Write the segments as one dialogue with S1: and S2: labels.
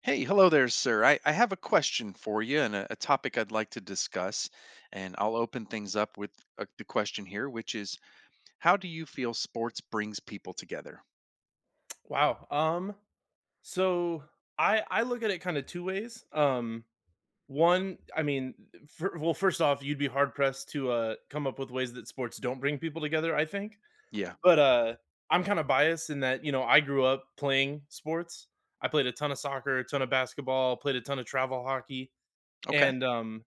S1: Hey, hello there, sir. I have a question for you and a topic I'd like to discuss. And I'll open things up with the question here, which is, how do you feel sports brings people together?
S2: Wow. So I look at it kind of two ways. One, I mean, well, first off, you'd be hard pressed to come up with ways that sports don't bring people together, I think,
S1: Yeah.
S2: but I'm kind of biased in that you know I grew up playing sports. I played a ton of soccer, a ton of basketball, played a ton of travel hockey,
S1: Okay.
S2: and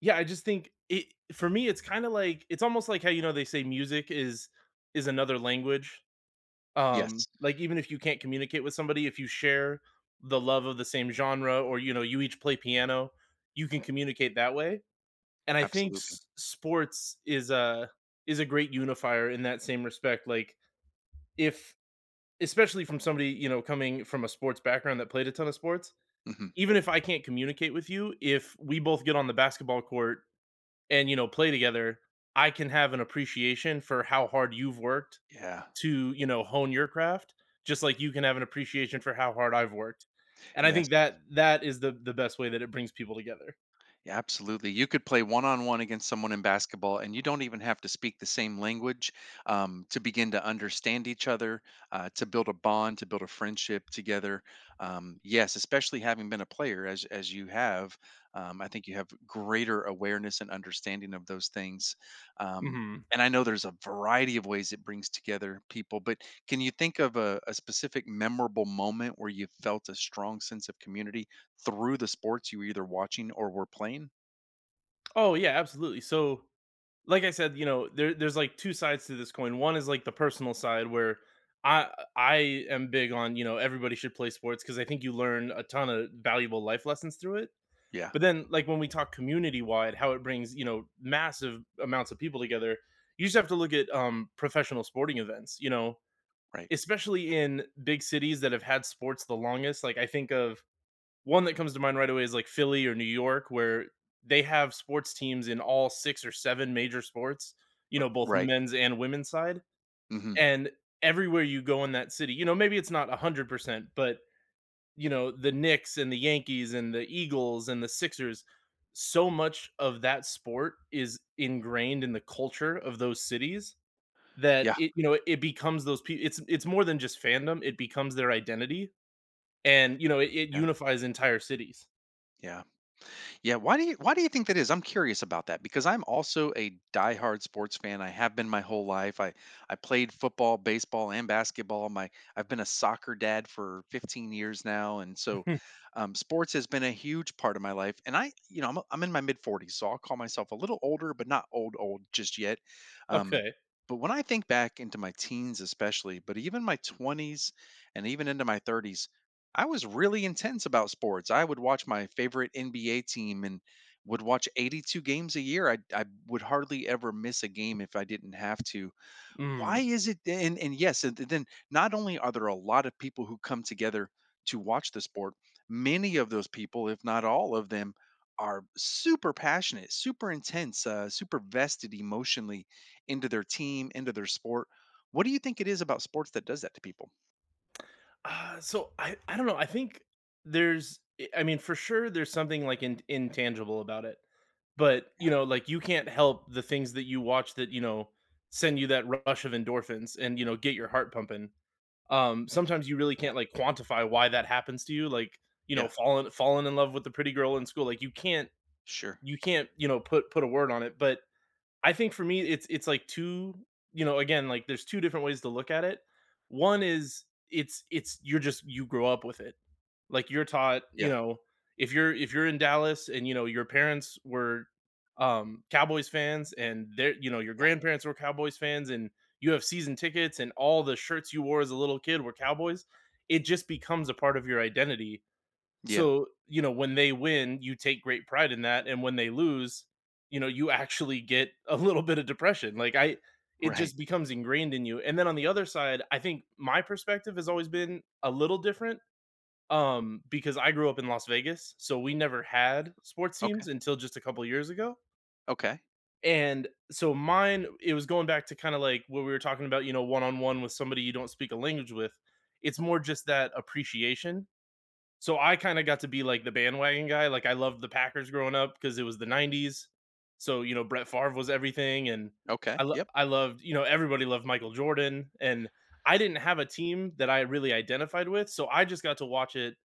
S2: yeah, I just think it for me, it's kind of like it's almost like how you know they say music is another language,
S1: Yes,
S2: like, even if you can't communicate with somebody, if you share the love of the same genre, or you know, you each play piano, you can communicate that way, and I think
S1: absolutely.
S2: s sports is a great unifier in that same respect. Like, if especially from somebody, you know, coming from a sports background that played a ton of sports,
S1: Hmm.
S2: even if I can't communicate with you, if we both get on the basketball court and, you know, play together, I can have an appreciation for how hard you've worked
S1: Yeah.
S2: to, you know, hone your craft, just like you can have an appreciation for how hard I've worked. And I
S1: Yes.
S2: think that that is the best way that it brings people together.
S1: Yeah, absolutely. You could play one on one against someone in basketball, and you don't even have to speak the same language, to begin to understand each other, to build a bond, to build a friendship together. Yes, especially having been a player as you have, I think you have greater awareness and understanding of those things. Um,
S2: Hmm.
S1: and I know there's a variety of ways it brings together people, but can you think of a specific memorable moment where you felt a strong sense of community through the sports you were either watching or were playing?
S2: Oh yeah, absolutely. So, like I said, you know, there's like two sides to this coin. One is like the personal side where I I am big on, you know, everybody should play sports because I think you learn a ton of valuable life lessons through it.
S1: Yeah,
S2: But then like when we talk community wide, how it brings, you know, massive amounts of people together, you just have to look at professional sporting events, you know,
S1: right,
S2: especially in big cities that have had sports the longest. Like, I think of one that comes to mind right away is like Philly or New York, where they have sports teams in all six or seven major sports, you know, both
S1: right.
S2: men's and women's side.
S1: Mhm.
S2: And everywhere you go in that city, you know, maybe it's not 100%, but, you know, the Knicks and the Yankees and the Eagles and the Sixers, so much of that sport is ingrained in the culture of those cities that
S1: Yeah,
S2: it, you know, it becomes those people. It's more than just fandom, it becomes their identity, and, you know, it
S1: yeah,
S2: unifies entire cities.
S1: yeah. Yeah, why do you think that is? I'm curious about that because I'm also a diehard sports fan. I have been my whole life. I played football, baseball, and basketball. My I've been a soccer dad for 15 years now, and so sports has been a huge part of my life. And I, you know, I'm in my mid 40s, so I'll call myself a little older, but not old old just yet. Um,
S2: Okay.
S1: but when I think back into my teens, especially, but even my 20s and even into my 30s, I was really intense about sports. I would watch my favorite NBA team and would watch 82 games a year. I would hardly ever miss a game if I didn't have to.
S2: Mm.
S1: Why is it? And yes, and then not only are there a lot of people who come together to watch the sport, many of those people, if not all of them, are super passionate, super intense, super vested emotionally into their team, into their sport. What do you think it is about sports that does that to people?
S2: So I don't know, I think there's I mean, for sure, there's something, like, in intangible about it, but,
S1: Yeah,
S2: you know, like, you can't help the things that you watch that, you know, send you that rush of endorphins and, you know, get your heart pumping. Sometimes you really
S1: yeah,
S2: can't, like, quantify why that happens to you, like, you know,
S1: yeah,
S2: falling in love with the pretty girl in school, like, you can't
S1: sure.
S2: you can't you know put a word on it. But I think for me it's like two, you know, again, like there's two different ways to look at it. One is it's you're just you grow up with it. Like you're taught, you
S1: Yeah.
S2: know, if you're in Dallas and you know your parents were Cowboys fans and their, you know, your
S1: Yeah.
S2: grandparents were Cowboys fans, and you have season tickets and all the shirts you wore as a little kid were Cowboys, it just becomes a part of your identity.
S1: Yeah.
S2: So, you know, when they win, you take great pride in that, and when they lose, you know, you actually get a little bit of depression. Like, I it
S1: Right.
S2: just becomes ingrained in you. And then on the other side, I think my perspective has always been a little different because I grew up in Las Vegas, so we never had sports teams
S1: Okay.
S2: until just a couple years ago.
S1: Okay.
S2: And so mine, it was going back to kind of like what we were talking about, you know, one-on-one with somebody you don't speak a language with. It's more just that appreciation, so I kind of got to be like the bandwagon guy. Like, I loved the Packers growing up because it was the '90s. So, you know, Brett Favre was everything, and
S1: Okay. Yep.
S2: I loved, you know, everybody loved Michael Jordan, and I didn't have a team that I really identified with, so I just got to watch it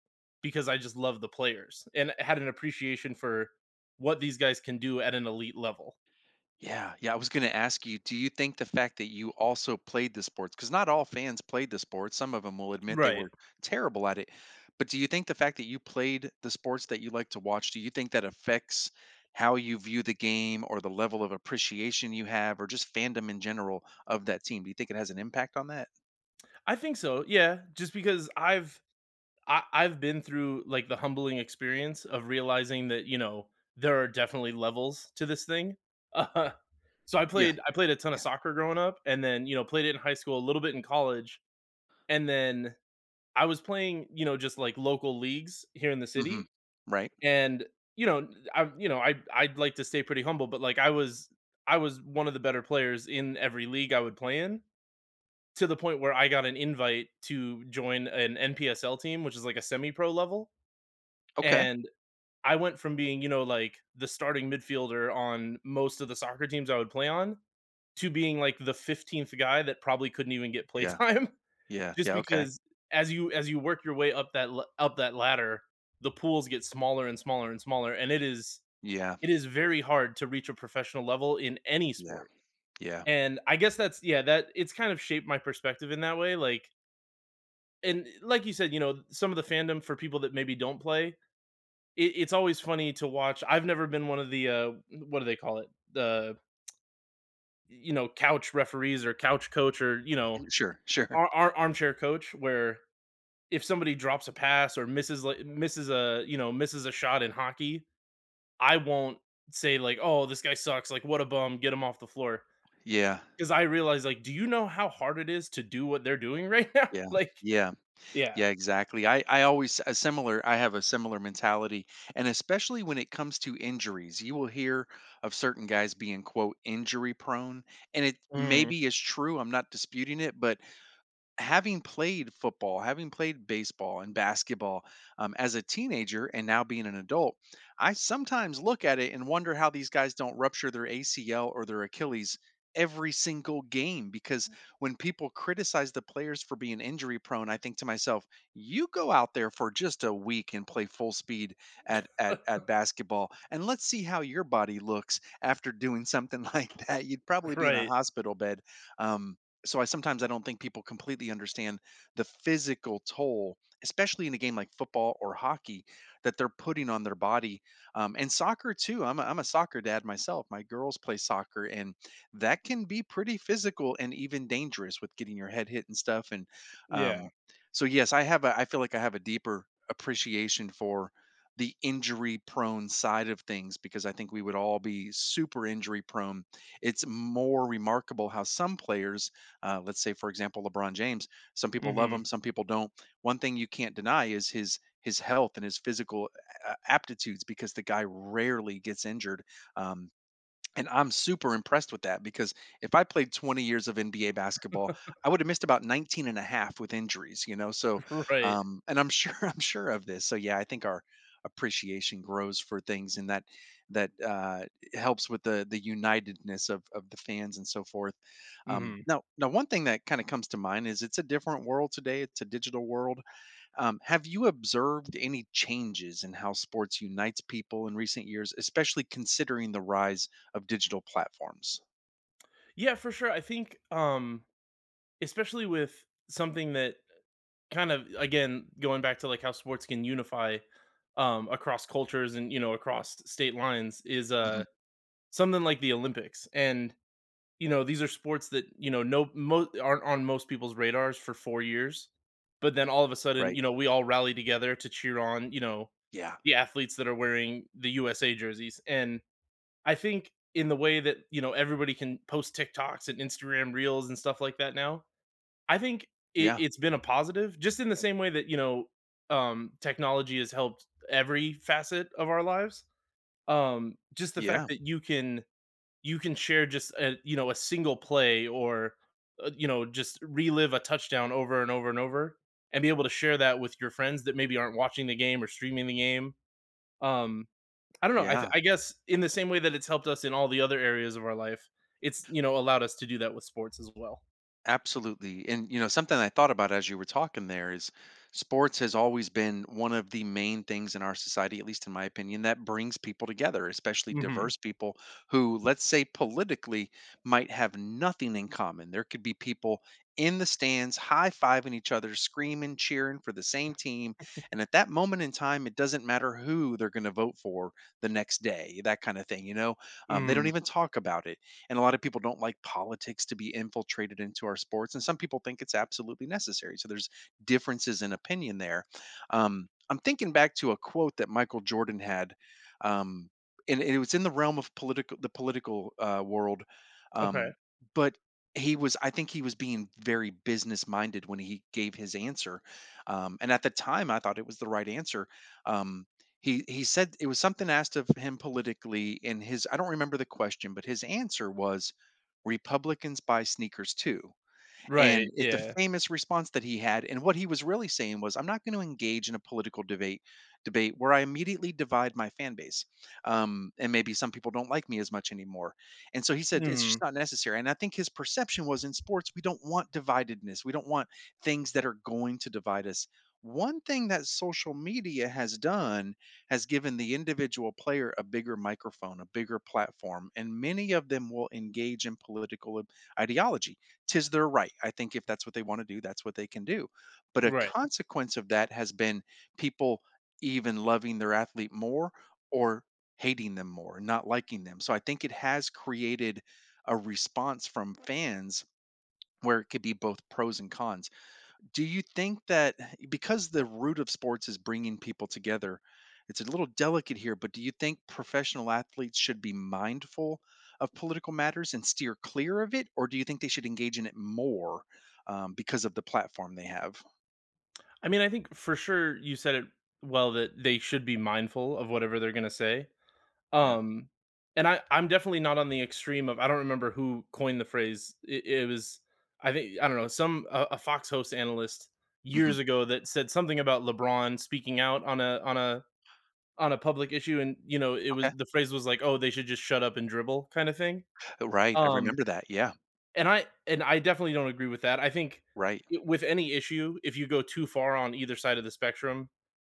S2: because I just loved the players and had an appreciation for what these guys can do at an elite level.
S1: Yeah. Yeah. I was going to ask you, do you think the fact that you also played the sports, because not all fans played the sports, some of them will admit they
S2: Right.
S1: were terrible at it. But do you think the fact that you played the sports that you like to watch, do you think that affects how you view the game or the level of appreciation you have or just fandom in general of that team? Do you think it has an impact on that?
S2: I think so. Yeah, just because I've I've been through like the humbling experience of realizing that, you know, there are definitely levels to this thing. Uh, so
S1: Yeah.
S2: I played a ton of
S1: Yeah.
S2: soccer growing up, and then, you know, played it in high school, a little bit in college, and then I was playing, you know, just like local leagues here in the
S1: Hmm.
S2: city,
S1: Right.
S2: and you know I you know I'd like to stay pretty humble, but like I was one of the better players in every league I would play in, to the point where I got an invite to join an NPSL team, which is like a semi-pro level.
S1: Okay.
S2: And I went from being, you know, like the starting midfielder on most of the soccer teams I would play on to being like the 15th guy that probably couldn't even get
S1: Yeah.
S2: playtime,
S1: Yeah.
S2: just
S1: Yeah. Okay.
S2: because as you work your way up up that ladder, the pools get smaller and smaller and smaller, and
S1: Yeah.
S2: it is very hard to reach a professional level in any
S1: Yeah.
S2: sport.
S1: Yeah.
S2: And I guess that's, yeah, that it's kind of shaped my perspective in that way. Like, and like you said, you know, some of the fandom for people that maybe don't play it, it's always funny to watch. I've never been one of the what do they call it? The, you know, couch referees or couch coach, or you know,
S1: Sure. Sure.
S2: armchair coach, where if somebody drops a pass or misses, like, misses a you know, misses a shot in hockey, I won't say like, "Oh, this guy sucks, like what a bum, get him off the floor,"
S1: Yeah.
S2: because I realize like, do you know how hard it is to do what they're doing right now?
S1: Yeah.
S2: Like,
S1: Yeah.
S2: yeah.
S1: Yeah, exactly. I have a similar mentality and especially when it comes to injuries. You will hear of certain guys being quote injury prone and it
S2: Mm,
S1: maybe is true. I'm not disputing it, but having played football, having played baseball and basketball, as a teenager and now being an adult, I sometimes look at it and wonder how these guys don't rupture their ACL or their Achilles every single game. Because when people criticize the players for being injury prone, I think to myself, you go out there for just a week and play full speed at basketball and let's see how your body looks after doing something like that. You'd probably be in a
S2: right,
S1: hospital bed. Um, so I sometimes I don't think people completely understand the physical toll, especially in a game like football or hockey, that they're putting on their body, and soccer too. I'm a soccer dad myself. My girls play soccer, and that can be pretty physical and even dangerous with getting your head hit and stuff. And
S2: yeah.
S1: um, so yes, I feel like I have a deeper appreciation for the injury prone side of things because I think we would all be super injury prone. It's more remarkable how some players, let's say, for example, LeBron James. Some people love
S2: Hmm.
S1: him, some people don't. One thing you can't deny is his health and his physical aptitudes because the guy rarely gets injured. Um, and I'm super impressed with that because if I played 20 years of NBA basketball, I would have missed about 19 and a half with injuries, you know? So,
S2: Right.
S1: and I'm sure, I'm sure of this. So yeah, I think our appreciation grows for things, and that, uh, helps with the unitedness of the fans and so forth.
S2: Hmm.
S1: Now one thing that kind of comes to mind is it's a different world today. It's a digital world. Have you observed any changes in how sports unites people in recent years, especially considering the rise of digital platforms?
S2: Yeah, for sure. I think especially with something that kind of, again, going back to like how sports can unify across cultures and, you know, across state lines is
S1: Mhm.
S2: something like the Olympics. And, you know, these are sports that, you know, no mo aren't on most people's radars for four years, but then all of a sudden,
S1: Right.
S2: you know, we all rally together to cheer on, you know,
S1: Yeah.
S2: the athletes that are wearing the USA jerseys. And I think in the way that, you know, everybody can post TikToks and Instagram reels and stuff like that now, I think
S1: Yeah.
S2: it's been a positive, just in the same way that, you know, technology has helped every facet of our lives. Just the fact
S1: Yeah.
S2: that you can share just a, you know, a single play, or you know, just relive a touchdown over and over and over, and be able to share that with your friends that maybe aren't watching the game or streaming the game. Um, I don't know.
S1: Yeah.
S2: I guess in the same way that it's helped us in all the other areas of our life, it's, you know, allowed us to do that with sports as well.
S1: Absolutely. And you know, something I thought about as you were talking there is sports has always been one of the main things in our society, at least in my opinion, that brings people together, especially
S2: Hmm.
S1: diverse people who, let's say politically, might have nothing in common. There could be people in the stands high-fiving each other, screaming, cheering for the same team, and at that moment in time, it doesn't matter who they're going to vote for the next day, that kind of thing. They don't
S2: Hmm.
S1: even talk about it, and a lot of people don't like politics to be infiltrated into our sports, and some people think it's absolutely necessary, so there's differences in opinion there. I'm thinking back to a quote that Michael Jordan had. um, and it was in the realm of political the political world.
S2: Okay.
S1: um, but he was, I think he was being very business minded when he gave his answer. And at the time I thought it was the right answer. Um, he said it was something asked of him politically, and his, I don't remember the question, but his answer was, "Republicans buy sneakers too."
S2: Right,
S1: And it's a
S2: yeah.
S1: famous response that he had. And what he was really saying was, I'm not going to engage in a political debate debate where I immediately divide my fan base. And maybe some people don't like me as much anymore. And so he said it's
S2: Mhm,
S1: just not necessary. And I think his perception was in sports, we don't want dividedness. We don't want things that are going to divide us. One thing that social media has done has given the individual player a bigger microphone, a bigger platform, and many of them will engage in political ideology. 'Tis their right. I think if that's what they want to do, that's what they can do. But a
S2: right.
S1: consequence of that has been people even loving their athlete more or hating them more, not liking them. So I think it has created a response from fans where it could be both pros and cons. Do you think that, because the root of sports is bringing people together, it's a little delicate here, but do you think professional athletes should be mindful of political matters and steer clear of it, or do you think they should engage in it more because of the platform they have?
S2: I mean, I think for sure you said it well that they should be mindful of whatever they're gonna say.
S1: Yeah.
S2: Um, and I'm definitely not on the extreme of, I don't remember who coined the phrase. It was I think, I don't know, some a Fox host analyst
S1: Hmm.
S2: years ago that said something about LeBron speaking out on a on a public issue, and you know, it was,
S1: Okay.
S2: the phrase was like, "Oh, they should just shut up and dribble," kinda thing.
S1: Right, I
S2: Um,
S1: remember that. Yeah.
S2: and I definitely don't agree with that. I think
S1: Right.
S2: I with any issue, if you go too far on either side of the spectrum,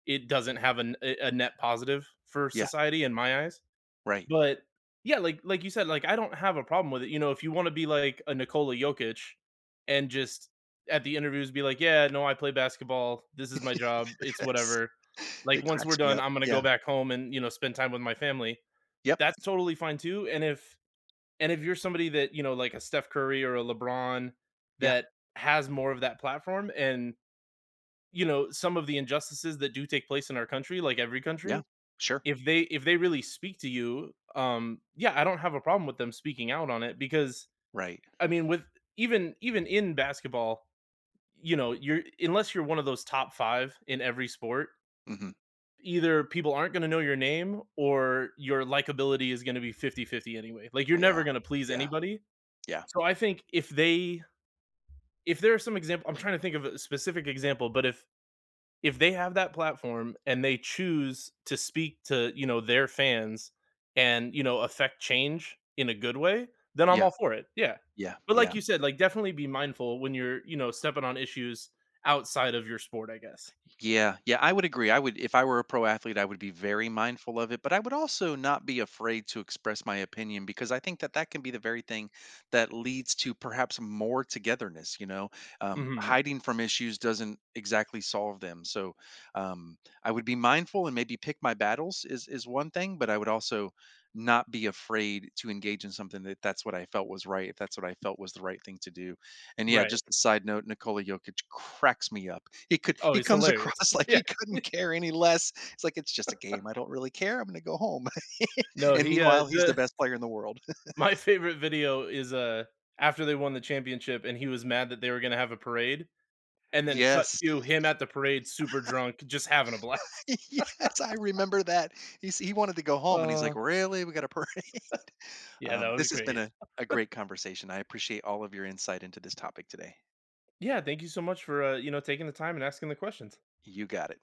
S2: it doesn't have an a net positive for
S1: Yeah.
S2: society in my eyes.
S1: Right.
S2: But, yeah, like you said, like, I don't have a problem with it. You know, if you wanna be like a Nikola Jokic and just at the interviews be like, "Yeah, no, I play basketball. This is my job. It's
S1: Yes,
S2: whatever. Like,
S1: it
S2: once we're
S1: cracks me
S2: done,
S1: up.
S2: I'm gonna go
S1: Yeah.
S2: back home and, you know, spend time with my family."
S1: Yep.
S2: That's totally fine too. And if and if you're somebody that, you know, like a Steph Curry or a LeBron,
S1: Yeah.
S2: that has more of that platform and, you know, some of the injustices that do take place in our country, like every
S1: Yeah.
S2: country,
S1: Sure.
S2: if they really speak to you, um, yeah, I don't have a problem with them speaking out on it, because
S1: Right.
S2: I mean with even in basketball, you know, you're, unless you're one of those top five in every sport,
S1: Hmm.
S2: either people aren't going to know your name or your likability is going to be 50-50 anyway. Like, you're
S1: Yeah.
S2: never going to please
S1: Yeah.
S2: anybody.
S1: Yeah.
S2: So I think if they, if there's some example, I'm trying to think of a specific example, but if they have that platform and they choose to speak to, you know, their fans, and you know, affect change in a good way, then I'm
S1: Yeah.
S2: all for it, yeah.
S1: Yeah.
S2: But like
S1: Yeah.
S2: you said, like, definitely be mindful when you're, you know, stepping on issues outside of your sport, I guess.
S1: Yeah, yeah, I would agree. I would, if I were a pro athlete, I would be very mindful of it, but I would also not be afraid to express my opinion because I think that that can be the very thing that leads to perhaps more togetherness. You know,
S2: Hmm.
S1: hiding from issues doesn't exactly solve them. So um, I would be mindful and maybe pick my battles is one thing, but I would also not be afraid to engage in something that, that's what I felt was right, if that's what I felt was the right thing to do. And yeah,
S2: Right.
S1: just a side note, Nikola Jokic cracks me up.
S2: Oh,
S1: He
S2: he's
S1: comes
S2: hilarious.
S1: across like
S2: Yeah.
S1: he couldn't care any less. It's like it's just a game. I don't really care. I'm going to go home.
S2: No,
S1: And
S2: he
S1: meanwhile, he's the
S2: the
S1: best player in the world.
S2: my favorite video is after they won the championship and he was mad that they were going to have a parade. And then cut
S1: Yes.
S2: to him at the parade super drunk, just having a blast.
S1: Yes, I remember that. He wanted to go home and he's like,
S2: Oh.
S1: "Really? We got a parade?"
S2: Yeah, that was
S1: This has been
S2: great.
S1: a great conversation. I appreciate all of your insight into this topic today.
S2: Yeah, thank you so much for, you know, taking the time and asking the questions.
S1: You got it.